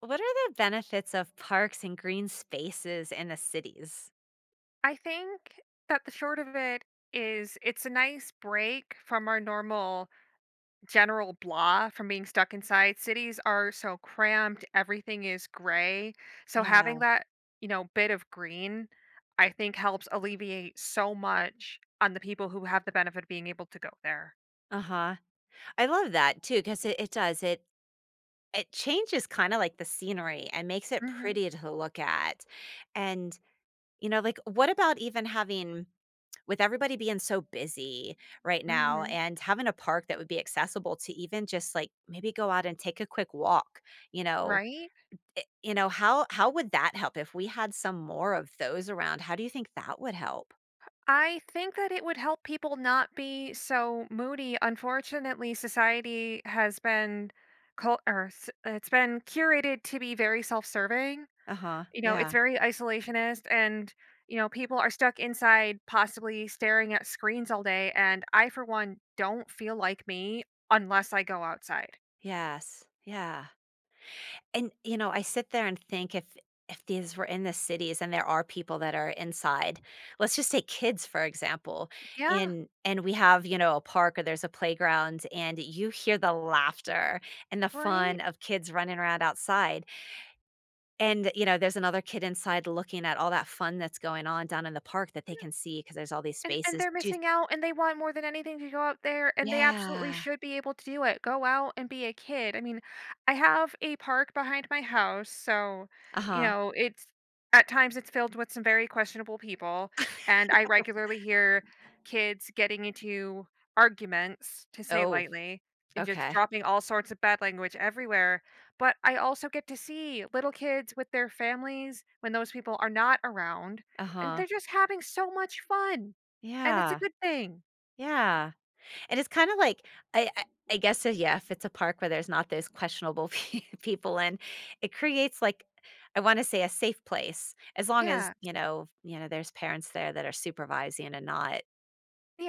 What are the benefits of parks and green spaces in the cities? I think that the short of it is it's a nice break from our normal general blah from being stuck inside. Cities are so cramped, everything is gray. So Yeah. having that, bit of green, I think helps alleviate so much on the people who have the benefit of being able to go there. Uh-huh. I love that too, 'cause it does. It changes kinda like the scenery and makes it Mhm. pretty to look at. And, like, what about even having with everybody being so busy right now Mhm. and having a park that would be accessible to even just, like, maybe go out and take a quick walk, you know? Right? How would that help if we had some more of those around? How do you think that would help? I think that it would help people not be so moody. Unfortunately, society has been it's been curated to be very self-serving. Uh-huh. It's Yeah. very isolationist and people are stuck inside possibly staring at screens all day, and I for one don't feel like me unless I go outside. Yes. Yeah. And I sit there and think if these were in the cities and there are people that are inside, let's just take kids for example, Yeah, in and we have, a park or there's a playground and you hear the laughter and the right? fun of kids running around outside. And, there's another kid inside looking at all that fun that's going on down in the park that they can see because there's all these And spaces. they're Do you missing out, and they want more than anything to go out there, and they absolutely Yeah. should be able to do it. Go out and be a kid. I mean, I have a park behind my house, so, Uh-huh. It's at times it's filled with some very questionable people, and I regularly hear kids getting into arguments, to say Oh, lightly, and just okay. dropping all sorts of bad language everywhere, but I also get to see little kids with their families when those people are not around, and Uh-huh. they're just having so much fun. And it's a Yeah. good thing. Yeah. And it's kinda like I guess, yeah, if it's a park where there's not those questionable pe people in, it creates, like, I wanna say a safe place, as long as, Yeah. There's parents there that are supervising and not,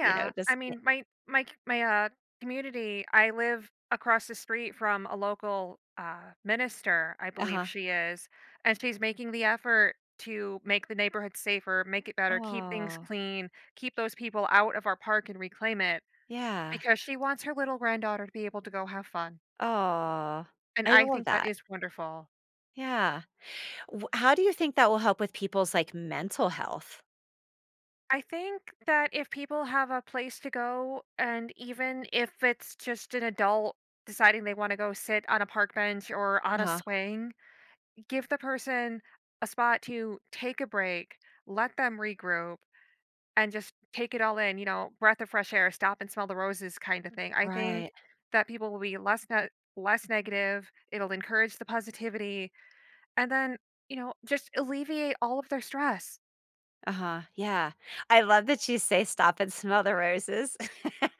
you know, I just eh mean, my community. I live across the street from a local, minister, I believe Uh-huh. she is, and she's making the effort to make the neighborhood safer, make it better, keep things Oh, clean, keep those people out of our park and reclaim it yeah. because she wants her little granddaughter to be able to go have fun, Oh, and I I love think that that. is wonderful. Yeah. W how do you think that will help with people's, like, mental health? I think that if people have a place to go, and even if it's just an adult deciding they want to go sit on a park bench or on a Uh-huh. swing, give the person a spot to take a break, let them regroup, and just take it all in, breath of fresh air, stop and smell the roses kind of thing. I Right. think that people will be less negative. It'll encourage the positivity and then, just alleviate all of their stress. Uh-huh, yeah. I love that you say stop and smell the roses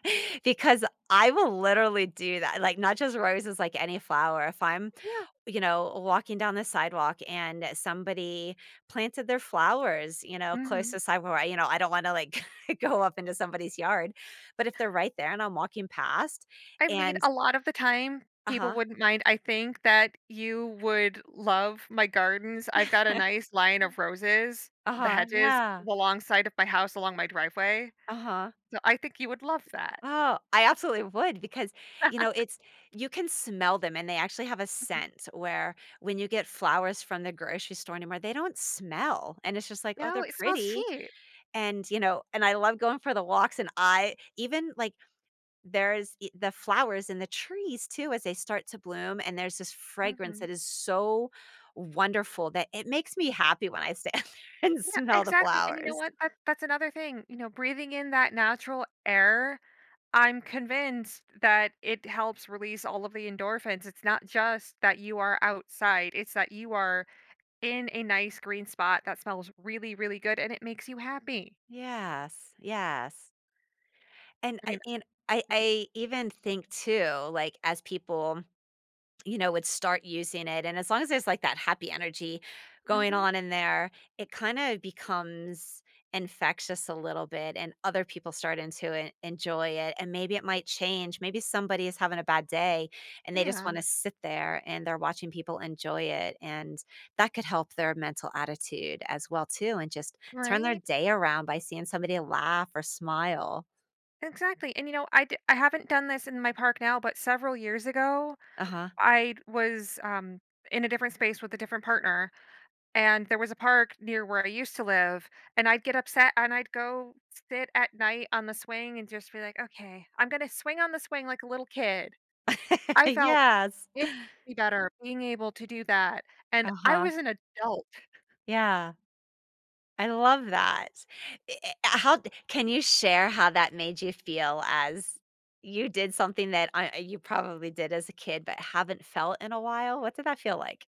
because I will literally do that, like, not just roses, like any flower. If I'm, Yeah. Walking down the sidewalk and somebody planted their flowers, close to Hmm. the sidewalk, I don't wanna, like, go up into somebody's yard, but if they're right there and I'm walking past I mean, and a lot of the time, people Uh-huh. wouldn't mind. I think that you would love my gardens. I've got a nice line of roses, the Uh-huh, hedges, yeah. alongside of my house, along my driveway. Uh-huh. So I think you would love that. Oh, I absolutely would because, you know, it's you can smell them and they actually have a Mhm. scent where when you get flowers from the grocery store anymore, they don't smell. And it's just like, oh, No, they're it smells pretty. cheap. And I love going for the walks. And I even like there's the flowers in the trees too as they start to bloom. And there's this fragrance that Hmm. is so wonderful that it makes me happy when I stand there and Yeah, smell the exactly. And you know flowers. what? That's another thing. Breathing in that natural air, I'm convinced that it helps release all of the endorphins. It's not just that you are outside, it's that you are in a nice green spot that smells really, really good, and it makes you happy. Yes. Yes. And I mean, I and I I even think too, like, as people, would start using it, and as long as there's, like, that happy energy going mhm, on in there, it kinda becomes infectious a little bit, and other people start to en enjoy it, and maybe it might change. Maybe somebody is having a bad day, and they just yeah, wanna sit there, and they're watching people enjoy it, and that could help their mental attitude as well too, and just turn their right? day around by seeing somebody laugh or smile. Exactly, and, I haven't done this in my park now, but several years ago, Uh-huh. I was, in a different space with a different partner, and there was a park near where I used to live, and I'd get upset, and I'd go sit at night on the swing and just be like, "Okay, I'm gonna swing on the swing like a little kid." I felt Yes. infinitely better being able to do that, and I Uh-huh. was an adult. Yeah, I love that. I eh, how d can you share how that made you feel as you did something that you probably did as a kid but haven't felt in a while? What did that feel like?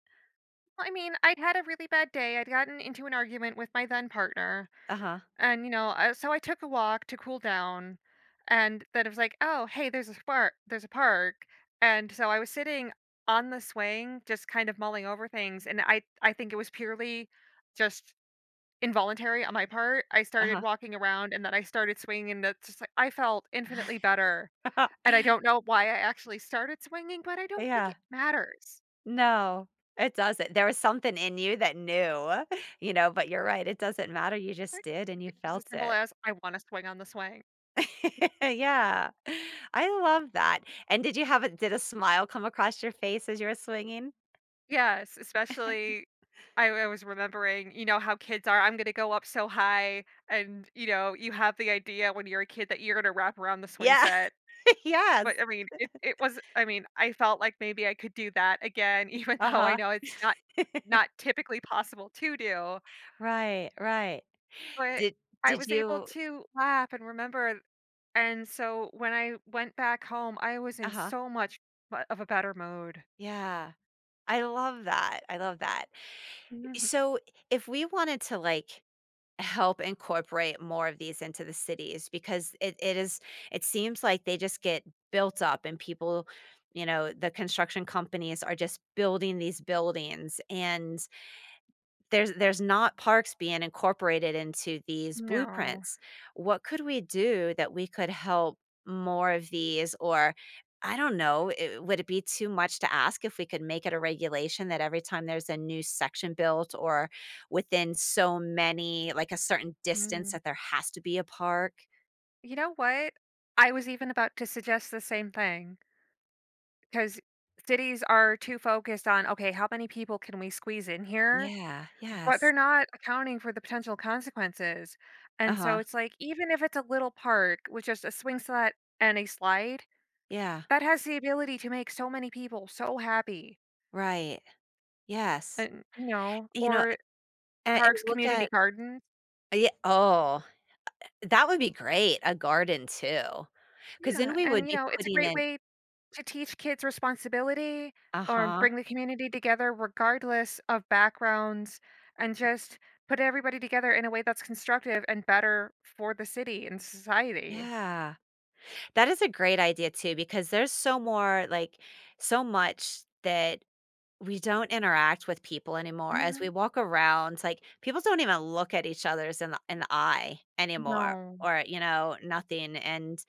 Well, I mean, I'd had a really bad day. I'd gotten into an argument with my then partner. Uh-huh, And, so I took a walk to cool down. And then it was like, oh, hey, there's a park. There's a park. And so I was sitting on the swing, just kind of mulling over things. And I think it was purely just involuntary on my part. I started uh-huh. walking around and then I started swinging. And it's just like, I felt infinitely better. And I don't know why I actually started swinging, but I don't think Yeah. it matters. No, it doesn't. There was something in you that knew, you know, but you're right, it doesn't matter, you just Like, did and you it was as felt simple it. as I want to swing on the swing. Yeah. I love that. And did you have a did a smile come across your face as you were swinging? Yes, especially I was remembering, how kids are, "I'm gonna go up so high," and, you have the idea when you're a kid that you're gonna wrap around the swing Yeah. set. Yes. But, I mean, it was I mean, I felt like maybe I could do that again, even though I Uh-huh. know it's not typically possible to do, Right, right. but Did I did was able you to laugh and remember, and so when I went back home, I was in Uh-huh. so much bu of a better mood. Yeah. I love that. I love that. Mm-hmm. So, if we wanted to, like, help incorporate more of these into the cities because it is it seems like they just get built up and people, the construction companies are just building these buildings and there's not parks being incorporated into these No. blueprints. What could we do that we could help more of these or I don't know, would it be too much to ask if we could make it a regulation that every time there's a new section built or within so many like a certain distance Mm. that there has to be a park? You know what? I was even about to suggest the same thing because cities are too focused on, okay, how many people can we squeeze in here? Yeah, But they're yes. not accounting for the potential consequences. And so Uh-huh. it's like, even if it's a little park with just a swing set and a slide, Yeah, that has the ability to make so many people so happy. right. Yes. And, You know, or and parks, look community at gardens. yeah, oh, that would be great, a garden too. 'Cause then Yeah. we would And, be it's a putting great in way to teach kids responsibility or Uh-huh. bring the community together regardless of backgrounds and just put everybody together in a way that's constructive and better for the city and society. Yeah. That is a great idea too because there's so much that we don't interact with people anymore as we Mhm. walk around, like, people don't even look at each other's in the eye anymore No. or, nothing, and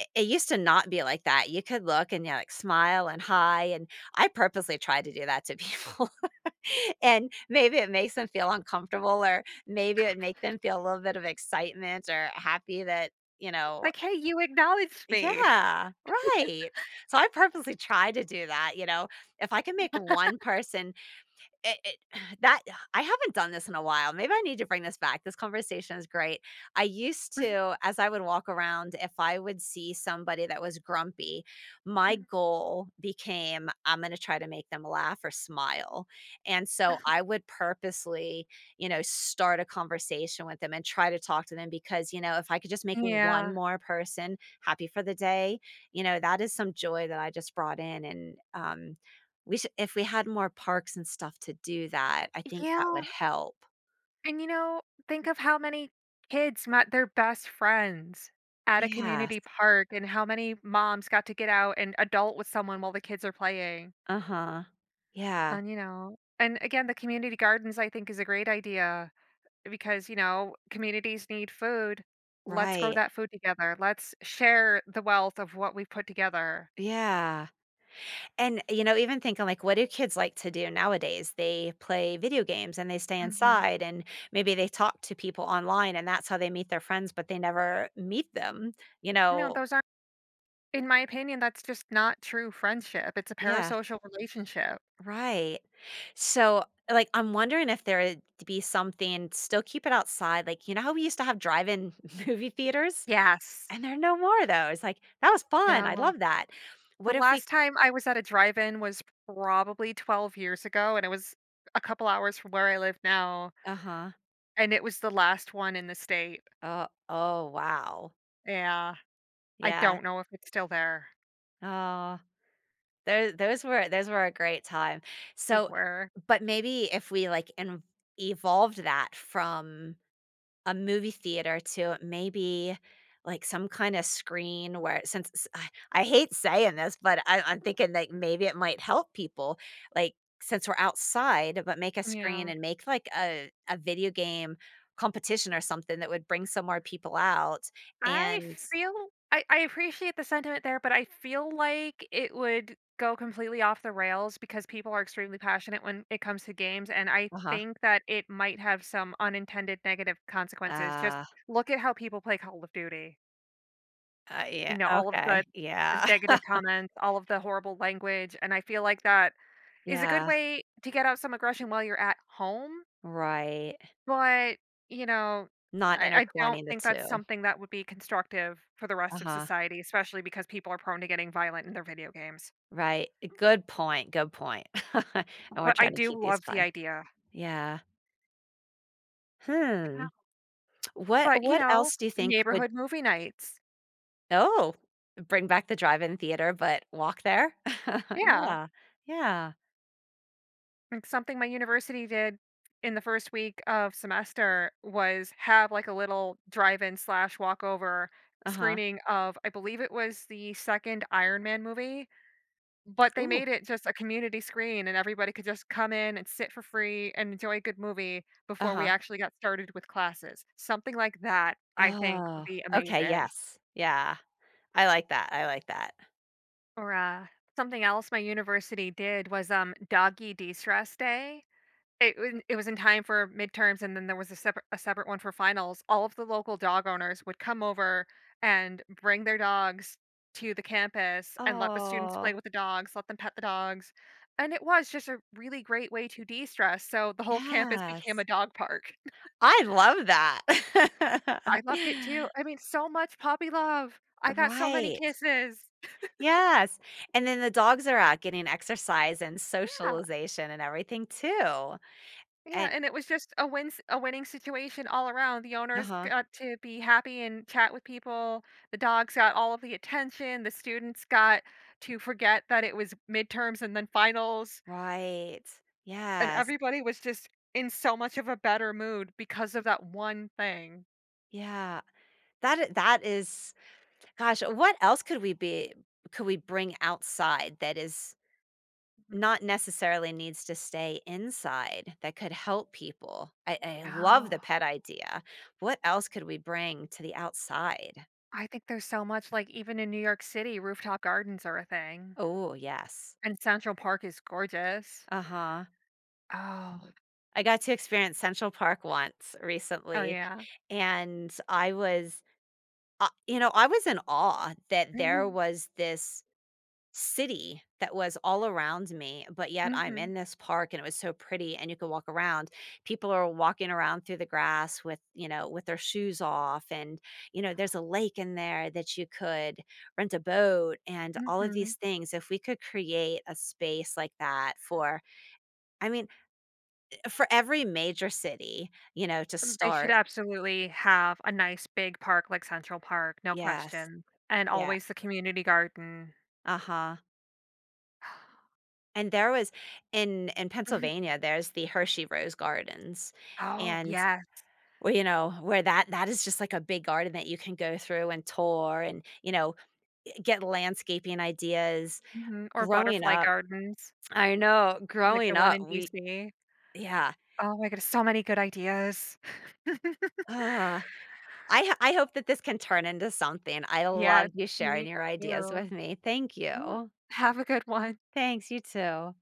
I it used to not be like that. You could look and, yeah, like, smile and hi, and I purposely try to do that to people. And maybe it makes them feel uncomfortable or maybe it make them feel a little bit of excitement or happy that, you know Like, "Hey, you acknowledged me." yeah, right. So I purposely try to do that, if I can make one person it that I haven't done this in a while. Maybe I need to bring this back. This conversation is great. I used to, as I would walk around, if I would see somebody that was grumpy, my goal became, "I'm gonna try to make them laugh or smile," and so Mhm. I would purposely, start a conversation with them and try to talk to them because, if I could just make one Yeah. more person happy for the day, that is some joy that I just brought in and, we should if we had more parks and stuff to do that, I think that Yeah, would help. and, think of how many kids met their best friends at a Yes. community park and how many moms got to get out and adult with someone while the kids are playing. Uh-huh. Yeah, And again, the community gardens I think is a great idea because, communities need food. Let's grow right. that food together. Let's share the wealth of what we put together. Yeah. And, even thinking, like, what do kids like to do nowadays? They play video games and they stay Mhm. inside and maybe they talk to people online and that's how they meet their friends, but they never meet them, you No, know? those aren't, in my opinion, that's just not true friendship. It's a Yeah, parasocial relationship. right. So, like, I'm wondering if there'd be something still keep it outside, like, you know how we used to have drive-in movie theaters? Yes. And there are no more though. It's like, "That was fun. I No. love that." The What if we last time I was at a drive in was probably 12 years ago, and it was a couple hours from where I live now. Uh-huh. And it was the last one in the state. Oh, oh, wow. Yeah. I Yeah. don't know if it's still there. Oh, those were a great time. They So, were. but maybe if we, like, en evolved that from a movie theater to maybe like some kind of screen where I hate saying this, but I'm thinking that maybe it might help people like since we're outside, but make a screen Yeah. and make like a video game competition or something that would bring some more people out I and feel I appreciate the sentiment there, but I feel like it would go completely off the rails because people are extremely passionate when it comes to games. And I uh-huh. think that it might have some unintended negative consequences. Just uh, look at how people play Call of Duty. uh You yeah know, all of the, okay, the yeah. negative comments, all of the horrible language. And I feel like that is a good Yeah, way to get out some aggression while you're at home. right. But, you know, Not I don't intertwining the think that's two. something that would be constructive for the rest of Uh-huh. society, especially because people are prone to getting violent in their video games. Right. Good point, good point. point. And we're But I trying to do keep these love the fun. idea. Yeah. Yeah. Hmm. What But, what else do you think would. neighborhood movie nights. Oh, bring back the drive-in theater, but walk there? Yeah. Yeah. Yeah. Like, something my university did in the first week of semester was have, like, a little drive-in slash walkover Uh-huh. screening of I believe it was the 2nd Iron Man movie. But they Ooh. made it just a community screen, and everybody could just come in and sit for free and enjoy a good movie before we Uh-huh. actually got started with classes. Something like that, I think, would Oh, be okay, amazing. yes. Yeah. I like that, I like that. Or, something else my university did was, Doggy De-Stress Day. It was in time for midterms, and then there was a separate one for finals. All of the local dog owners would come over and bring their dogs to the campus and let the students play Oh, with the dogs, let them pet the dogs, and it was just a really great way to de-stress, so the whole campus became a yes. dog park. I love that. I loved it too. I mean, so much puppy love. I got so many Right. kisses. Yes, and then the dogs are out getting exercise and Yeah. socialization and everything too, Yeah, and and it was just a winning situation all around. The owners Uh-huh. got to be happy and chat with people. The dogs got all of the attention. The students got to forget that it was midterms and then finals, Right. and Yes. everybody was just in so much of a better mood because of that one thing. Yeah. That is gosh, what else could we bring outside that is Mhm. not necessarily needs to stay inside that could help people? I love Oh, the pet idea. What else could we bring to the outside? I think there's so much, like, even in New York City, rooftop gardens are a thing, Oh, yes. and Central Park is gorgeous. Uh-huh. Oh, I got to experience Central Park once oh recently, yeah. and I was in awe that there Mhm, was this city that was all around me, but yet I'm mhm, in this park and it was so pretty and you could walk around. People are walking around through the grass with, with their shoes off and, there's a lake in there that you could rent a boat and all of mhm. these things. If we could create a space like that for I mean, for every major city, to Mm. They should start. absolutely have a nice big park like Central Park, no Yes. question. And Yeah. always the community garden. Uh-huh. And there was in Mhm. Pennsylvania, there's the Hershey Rose Gardens. Oh, And yes. well, where that is just like a big garden that you can go through and tour and, get landscaping ideas. Hmm. Or Growing butterfly up gardens, I know, like growing the one up, in we DC. yeah. Oh my goodness, so many good ideas. Ugh, I hope that this can turn into something. I love Yes, you me sharing your ideas too. with me. Thank Mm. you. Have a good one. Thanks, you too.